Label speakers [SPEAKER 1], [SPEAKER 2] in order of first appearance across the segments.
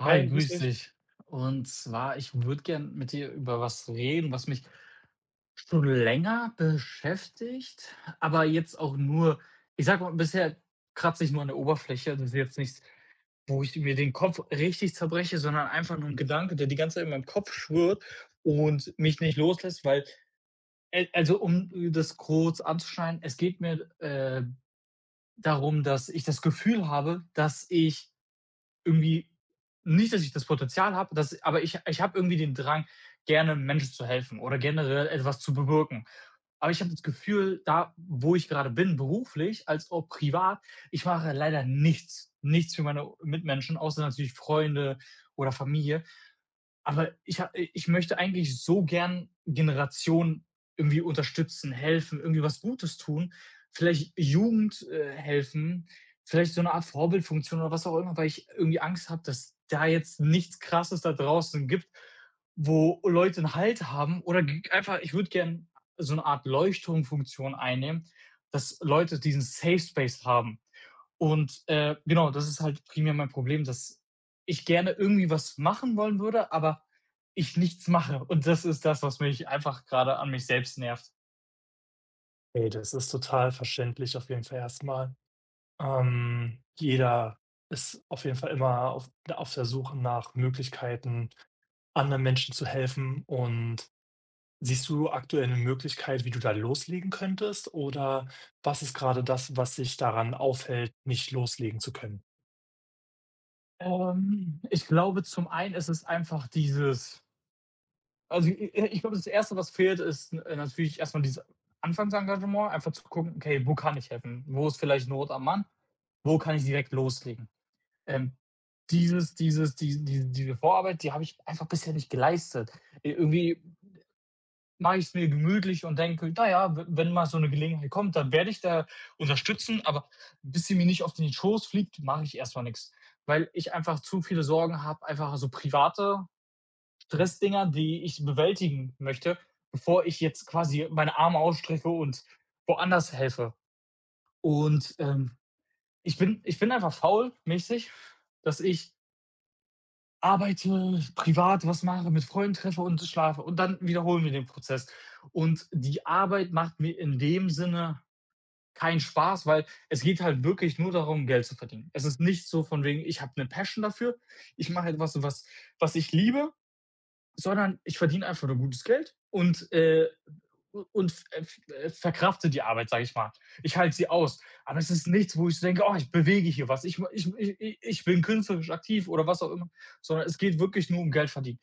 [SPEAKER 1] Hi,
[SPEAKER 2] Hi, grüß
[SPEAKER 1] grüß
[SPEAKER 2] dich.
[SPEAKER 1] dich. Und zwar, ich würde gern mit dir über was reden, was mich schon länger beschäftigt, aber jetzt auch nur, ich sag mal, bisher kratze ich nur an der Oberfläche. Das ist jetzt nichts, wo ich mir den Kopf richtig zerbreche, sondern einfach nur ein Gedanke, der die ganze Zeit in meinem Kopf schwirrt und mich nicht loslässt, weil also, um das kurz anzuschneiden, es geht mir, darum, dass ich das Gefühl habe, dass ich irgendwie nicht, dass ich das Potenzial habe, dass aber ich habe irgendwie den Drang, gerne Menschen zu helfen oder generell etwas zu bewirken. Aber ich habe das Gefühl, da, wo ich gerade bin, beruflich als auch privat, ich mache leider nichts, nichts für meine Mitmenschen, außer natürlich Freunde oder Familie. Aber ich möchte eigentlich so gern Generationen irgendwie unterstützen, helfen, irgendwie was Gutes tun, vielleicht Jugend, helfen, vielleicht so eine Art Vorbildfunktion oder was auch immer, weil ich irgendwie Angst habe, dass da jetzt nichts Krasses da draußen gibt, wo Leute 'n Halt haben oder g einfach ich würde gern so eine Art Leuchtturmfunktion einnehmen, dass Leute diesen Safe Space haben. Und, genau, das ist halt primär mein Problem, dass ich gerne irgendwie was machen wollen würde, aber ich nichts mache. Und das ist das, was mich einfach gerade an mich selbst nervt.
[SPEAKER 2] Hey, das ist total verständlich auf jeden Fall erstmal. Jeder ist auf jeden Fall immer auf der Suche nach Möglichkeiten, anderen Menschen zu helfen. Und siehst du aktuell eine Möglichkeit, wie du da loslegen könntest? Oder was ist gerade das, was dich daran aufhält, nicht loslegen zu können?
[SPEAKER 1] Ich glaube, zum einen ist es einfach dieses also, i ich glaube, das erste, was fehlt, ist n natürlich erstmal dieses Anfangsengagement, einfach zu gucken: „Okay, wo kann ich helfen? Wo ist vielleicht Not am Mann? Wo kann ich direkt loslegen?“ Ähm, diese Vorarbeit, die habe ich einfach bisher nicht geleistet. I Irgendwie mache ich es mir gemütlich und denke: naja, ja, wenn mal so eine Gelegenheit kommt, dann werde ich da unterstützen, aber bis sie mir nicht auf den Schoß fliegt, mache ich erst mal nix.“ Weil ich einfach zu viele Sorgen habe, einfach so private Stressdinger, die ich bewältigen möchte, bevor ich jetzt quasi meine Arme ausstrecke und woanders helfe. Und, ich bin einfach faul mäßig, dass ich arbeite, privat was mache, mit Freunden treffe und schlafe und dann wiederholen wir den Prozess. Und die Arbeit macht mir in dem Sinne keinen Spaß, weil es geht halt wirklich nur darum, Geld zu verdienen. Es ist nicht so von wegen, ich habe eine Passion dafür, ich mache etwas, was ich liebe, sondern ich verdiene einfach nur gutes Geld und verkrafte die Arbeit, sage ich mal. Ich halte sie aus. Aber es ist nichts, wo ich so denke, oh, ich bewege hier was, ich bin künstlerisch aktiv oder was auch immer, sondern es geht wirklich nur um Geld verdienen.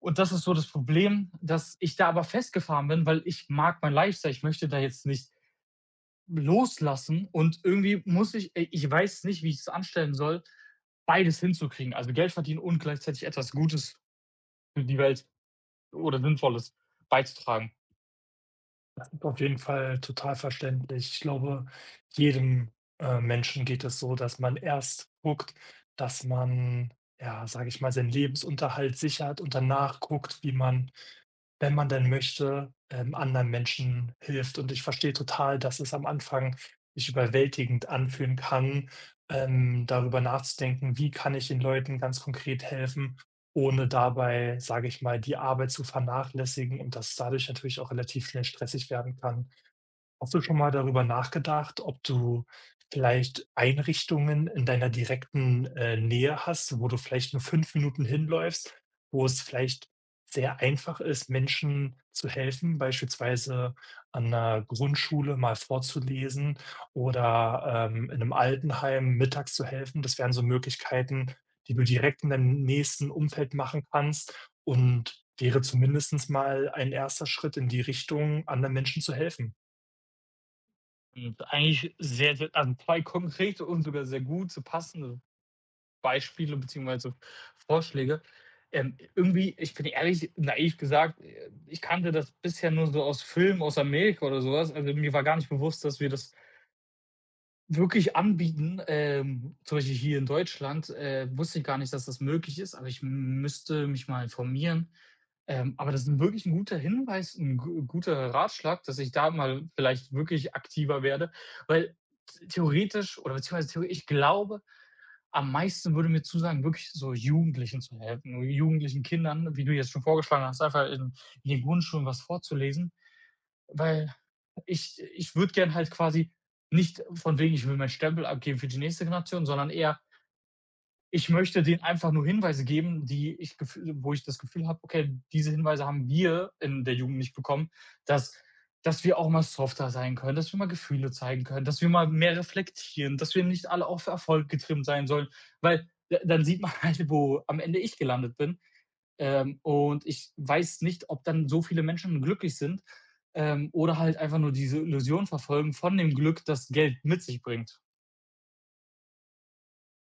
[SPEAKER 1] Und das ist so das Problem, dass ich da aber festgefahren bin, weil ich mag mein Lifestyle. Ich möchte da jetzt nicht loslassen und irgendwie muss ich, ich weiß nicht, wie ich es anstellen soll, beides hinzukriegen. Also Geld verdienen und gleichzeitig etwas Gutes für die Welt oder Sinnvolles beizutragen.
[SPEAKER 2] Auf jeden Fall total verständlich. Ich glaube, jedem, Menschen geht es so, dass man erst guckt, dass man, ja, sage ich mal, seinen Lebensunterhalt sichert und danach guckt, wie man, wenn man denn möchte, anderen Menschen hilft. Und ich verstehe total, dass es am Anfang sich überwältigend anfühlen kann, darüber nachzudenken: „Wie kann ich den Leuten ganz konkret helfen, ohne dabei, sage ich mal, die Arbeit zu vernachlässigen“, und dass es dadurch natürlich auch relativ schnell stressig werden kann. Hast du schon mal darüber nachgedacht, ob du vielleicht Einrichtungen in deiner direkten, Nähe hast, wo du vielleicht nur 5 Minuten hinläufst, wo es vielleicht sehr einfach ist, Menschen zu helfen, beispielsweise an einer Grundschule mal vorzulesen oder, in einem Altenheim mittags zu helfen. Das wären so Möglichkeiten, die du direkt in deinem nächsten Umfeld machen kannst, und wäre zumindest mal ein erster Schritt in die Richtung, anderen Menschen zu helfen.
[SPEAKER 1] Und eigentlich sehr, sehr also 2 konkrete und sogar sehr gute, passende Beispiele beziehungsweise Vorschläge. Irgendwie, ich bin ehrlich, naiv gesagt, ich kannte das bisher nur so aus Filmen aus Amerika oder sowas. Also, mir war gar nicht bewusst, dass wir das wirklich anbieten. Zum Beispiel hier in Deutschland, wusste ich gar nicht, dass das möglich ist, aber ich müsste mich mal informieren. Aber das ist wirklich ein guter Hinweis, ein gu guter Ratschlag, dass ich da mal vielleicht wirklich aktiver werde, weil t theoretisch oder beziehungsweise theo ich glaube, am meisten würde mir zusagen, wirklich so Jugendlichen zu helfen, so jugendlichen Kindern, wie du jetzt schon vorgeschlagen hast, einfach in den Grundschulen was vorzulesen, weil ich würde gern halt quasi nicht von wegen, ich will meinen Stempel abgeben für die nächste Generation, sondern eher ich möchte denen einfach nur Hinweise geben, die ich wo ich das Gefühl habe, okay, diese Hinweise haben wir in der Jugend nicht bekommen, dass dass wir auch mal softer sein können, dass wir mal Gefühle zeigen können, dass wir mal mehr reflektieren, dass wir nicht alle auf Erfolg getrimmt sein sollen, weil dann sieht man halt, wo am Ende ich gelandet bin. Und ich weiß nicht, ob dann so viele Menschen glücklich sind, oder halt einfach nur diese Illusion verfolgen von dem Glück, das Geld mit sich bringt.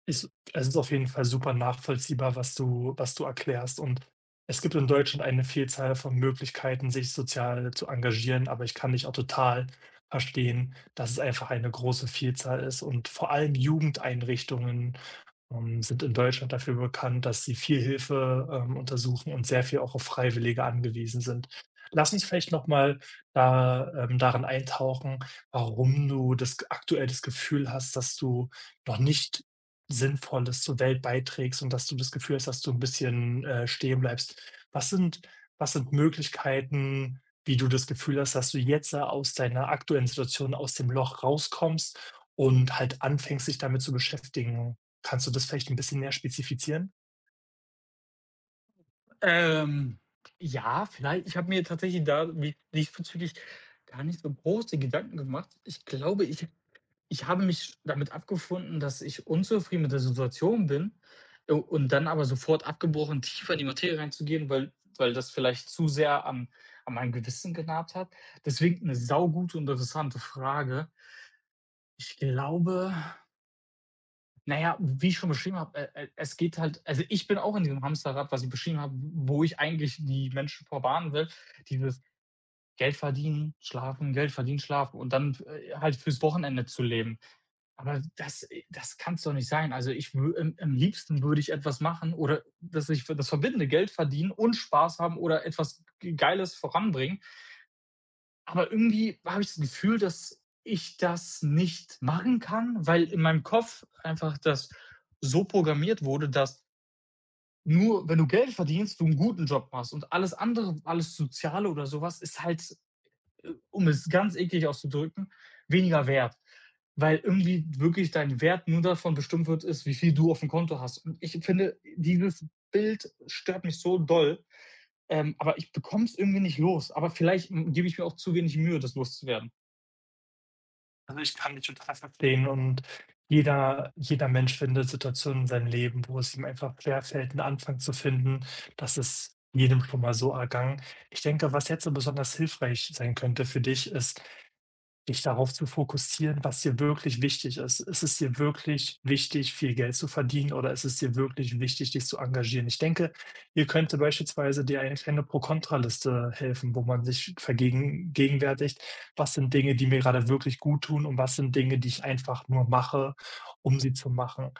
[SPEAKER 2] Ist es ist auf jeden Fall super nachvollziehbar, was du erklärst. Und es gibt in Deutschland eine Vielzahl von Möglichkeiten, sich sozial zu engagieren, aber ich kann dich auch total verstehen, dass es einfach eine große Vielzahl ist. Und vor allem Jugendeinrichtungen, sind in Deutschland dafür bekannt, dass sie viel Hilfe, untersuchen und sehr viel auch auf Freiwillige angewiesen sind. Lass uns vielleicht noch mal da darin eintauchen, warum du das g aktuell das Gefühl hast, dass du noch nicht Sinnvolles zur Welt beiträgst und dass du das Gefühl hast, dass du ein bisschen, stehen bleibst. Was sind was sind Möglichkeiten, wie du das Gefühl hast, dass du jetzt da aus deiner aktuellen Situation aus dem Loch rauskommst und halt anfängst, dich damit zu beschäftigen? Kannst du das vielleicht ein bisschen mehr spezifizieren?
[SPEAKER 1] Ähm, ja, vielleicht. Ich habe mir tatsächlich da wie diesbezüglich gar nicht so große Gedanken gemacht. Ich glaube, ich habe mich damit abgefunden, dass ich unzufrieden mit der Situation bin, und dann aber sofort abgebrochen, tiefer in die Materie reinzugehen, weil das vielleicht zu sehr am an meinem Gewissen genagt hat. Deswegen eine saugute und interessante Frage. Ich glaube na ja, wie ich schon beschrieben habe, es geht halt also, ich bin auch in diesem Hamsterrad, was ich beschrieben habe, wo ich eigentlich die Menschen vor will, dieses Geld verdienen, schlafen und dann, halt fürs Wochenende zu leben. Aber das kann es doch nicht sein. Also, ich wü am liebsten würde ich etwas machen oder dass ich für das Verbindende Geld verdienen und Spaß haben oder etwas Geiles voranbringen. Aber irgendwie habe ich das Gefühl, dass ich das nicht machen kann, weil in meinem Kopf einfach das so programmiert wurde, dass nur wenn du Geld verdienst, du einen guten Job machst und alles andere, alles Soziale oder sowas ist halt, um es ganz eklig auszudrücken, weniger wert, weil irgendwie wirklich dein Wert nur davon bestimmt wird ist, wie viel du auf dem Konto hast. Und ich finde, dieses Bild stört mich so doll, aber ich bekomme es irgendwie nicht los. Aber vielleicht, gebe ich mir auch zu wenig Mühe, das loszuwerden.
[SPEAKER 2] Also, ich kann dich total verstehen, und jeder Mensch findet Situationen in seinem Leben, wo es ihm einfach schwerfällt, 'n Anfang zu finden. Das ist jedem schon mal so ergangen. Ich denke, was jetzt so besonders hilfreich sein könnte für dich, ist, dich darauf zu fokussieren, was dir wirklich wichtig ist. Ist es dir wirklich wichtig, viel Geld zu verdienen, oder ist es dir wirklich wichtig, dich zu engagieren? Ich denke, hier könnte beispielsweise dir eine kleine Pro-Kontra-Liste helfen, wo man sich vergegenwärtigt, was sind Dinge, die mir gerade wirklich gut tun, und was sind Dinge, die ich einfach nur mache, um sie zu machen.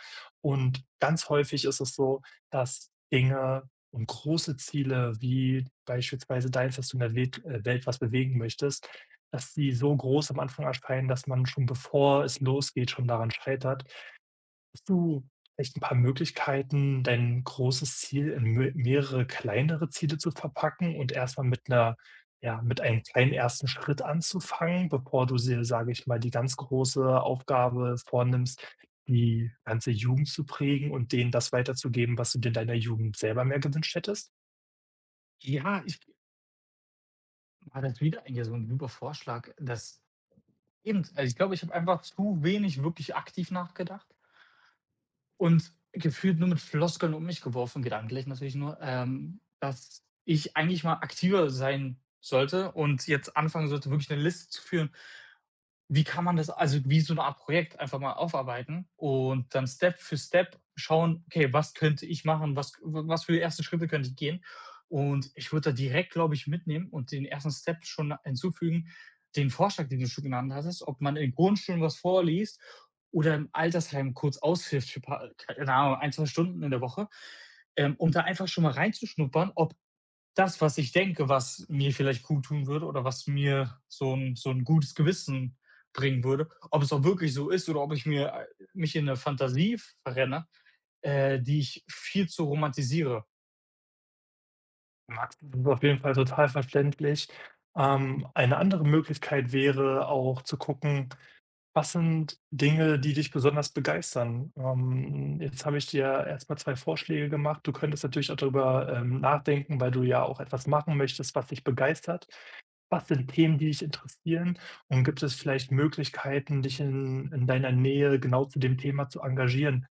[SPEAKER 2] Und ganz häufig ist es so, dass Dinge und große Ziele, wie beispielsweise deins, dass du in der Welt was bewegen möchtest, dass die so groß am Anfang erscheinen, dass man schon bevor es losgeht, schon daran scheitert. Hast du vielleicht ein paar Möglichkeiten, dein großes Ziel in me mehrere kleinere Ziele zu verpacken und erstmal mit einer, ja, mit einem kleinen ersten Schritt anzufangen, bevor du dir, sage ich mal, die ganz große Aufgabe vornimmst, die ganze Jugend zu prägen und denen das weiterzugeben, was du dir in deiner Jugend selber mehr gewünscht hättest?
[SPEAKER 1] Ja, ich war das wieder eigentlich so 'n lieber Vorschlag, dass eben also, ich glaube, ich habe einfach zu wenig wirklich aktiv nachgedacht und gefühlt nur mit Floskeln um mich geworfen, gedanklich natürlich nur, dass ich eigentlich mal aktiver sein sollte und jetzt anfangen sollte, wirklich eine Liste zu führen, wie kann man das also wie so 'ne Art Projekt einfach mal aufarbeiten und dann Step für Step schauen: „Okay, was könnte ich machen? Was für erste Schritte könnte ich gehen?“ Und ich würde da direkt, glaube ich, mitnehmen und den ersten Step schon hinzufügen, den Vorschlag, den du schon genannt hattest, ob man in Grundschulen was vorliest oder im Altersheim kurz aushilft für ein paar keine Ahnung, 1, 2 Stunden in der Woche, um da einfach schon mal reinzuschnuppern, ob das, was ich denke, was mir vielleicht gut tun würde oder was mir so ein gutes Gewissen bringen würde. Ob es auch wirklich so ist oder ob ich mir, mich in eine Fantasie verrenne, die ich viel zu romantisiere.
[SPEAKER 2] Max, das ist auf jeden Fall total verständlich. Eine andere Möglichkeit wäre auch zu gucken, was sind Dinge, die dich besonders begeistern? Jetzt habe ich dir erstmal 2 Vorschläge gemacht. Du könntest natürlich auch darüber, nachdenken, weil du ja auch etwas machen möchtest, was dich begeistert. Was sind Themen, die dich interessieren? Und gibt es vielleicht Möglichkeiten, dich in deiner Nähe genau zu dem Thema zu engagieren?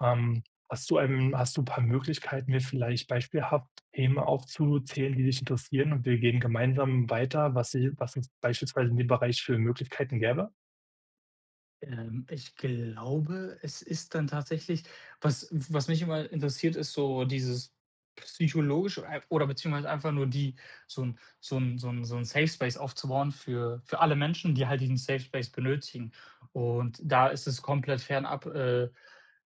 [SPEAKER 2] Ähm, hast du ein paar Möglichkeiten, mir vielleicht beispielhaft Themen aufzuzählen, die dich interessieren, und wir gehen gemeinsam weiter, was uns beispielsweise in dem Bereich für Möglichkeiten gäbe?
[SPEAKER 1] Ich glaube, es ist dann tatsächlich was was mich immer interessiert, ist so dieses psychologische ei oder beziehungsweise einfach nur die so 'n Safe Space aufzubauen für alle Menschen, die halt diesen Safe Space benötigen. Und da ist es komplett fernab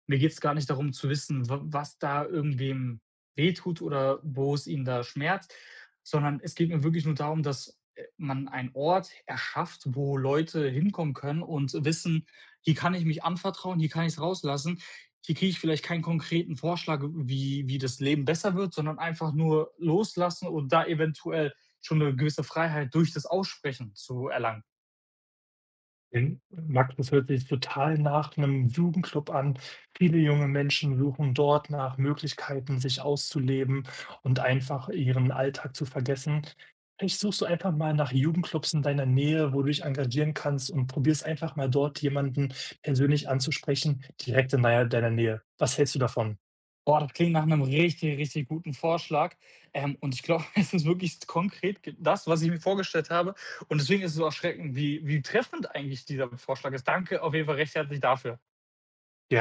[SPEAKER 1] mir geht es gar nicht darum zu wissen, wa was da irgendwem wehtut oder wo es ihn da schmerzt, sondern es geht mir wirklich nur darum, dass, man einen Ort erschafft, wo Leute hinkommen können und wissen: hier kann ich mich anvertrauen, hier kann ich es rauslassen. Hier kriege ich vielleicht keinen konkreten Vorschlag, wie das Leben besser wird, sondern einfach nur loslassen und da eventuell schon eine gewisse Freiheit durch das Aussprechen zu erlangen.
[SPEAKER 2] In Max, das hört sich total nach einem Jugendclub an. Viele junge Menschen suchen dort nach Möglichkeiten, sich auszuleben und einfach ihren Alltag zu vergessen. Vielleicht suchst du einfach mal nach Jugendclubs in deiner Nähe, wo du dich engagieren kannst, und probierst einfach mal dort jemanden persönlich anzusprechen, direkt in deiner Nähe. Was hältst du davon?
[SPEAKER 1] Boah, das klingt nach einem richtig, richtig guten Vorschlag. Und ich glaube, es ist wirklich konkret das, was ich mir vorgestellt habe. Und deswegen ist es so erschreckend, wie treffend eigentlich dieser Vorschlag ist. Danke auf jeden Fall recht herzlich dafür.
[SPEAKER 2] Ja.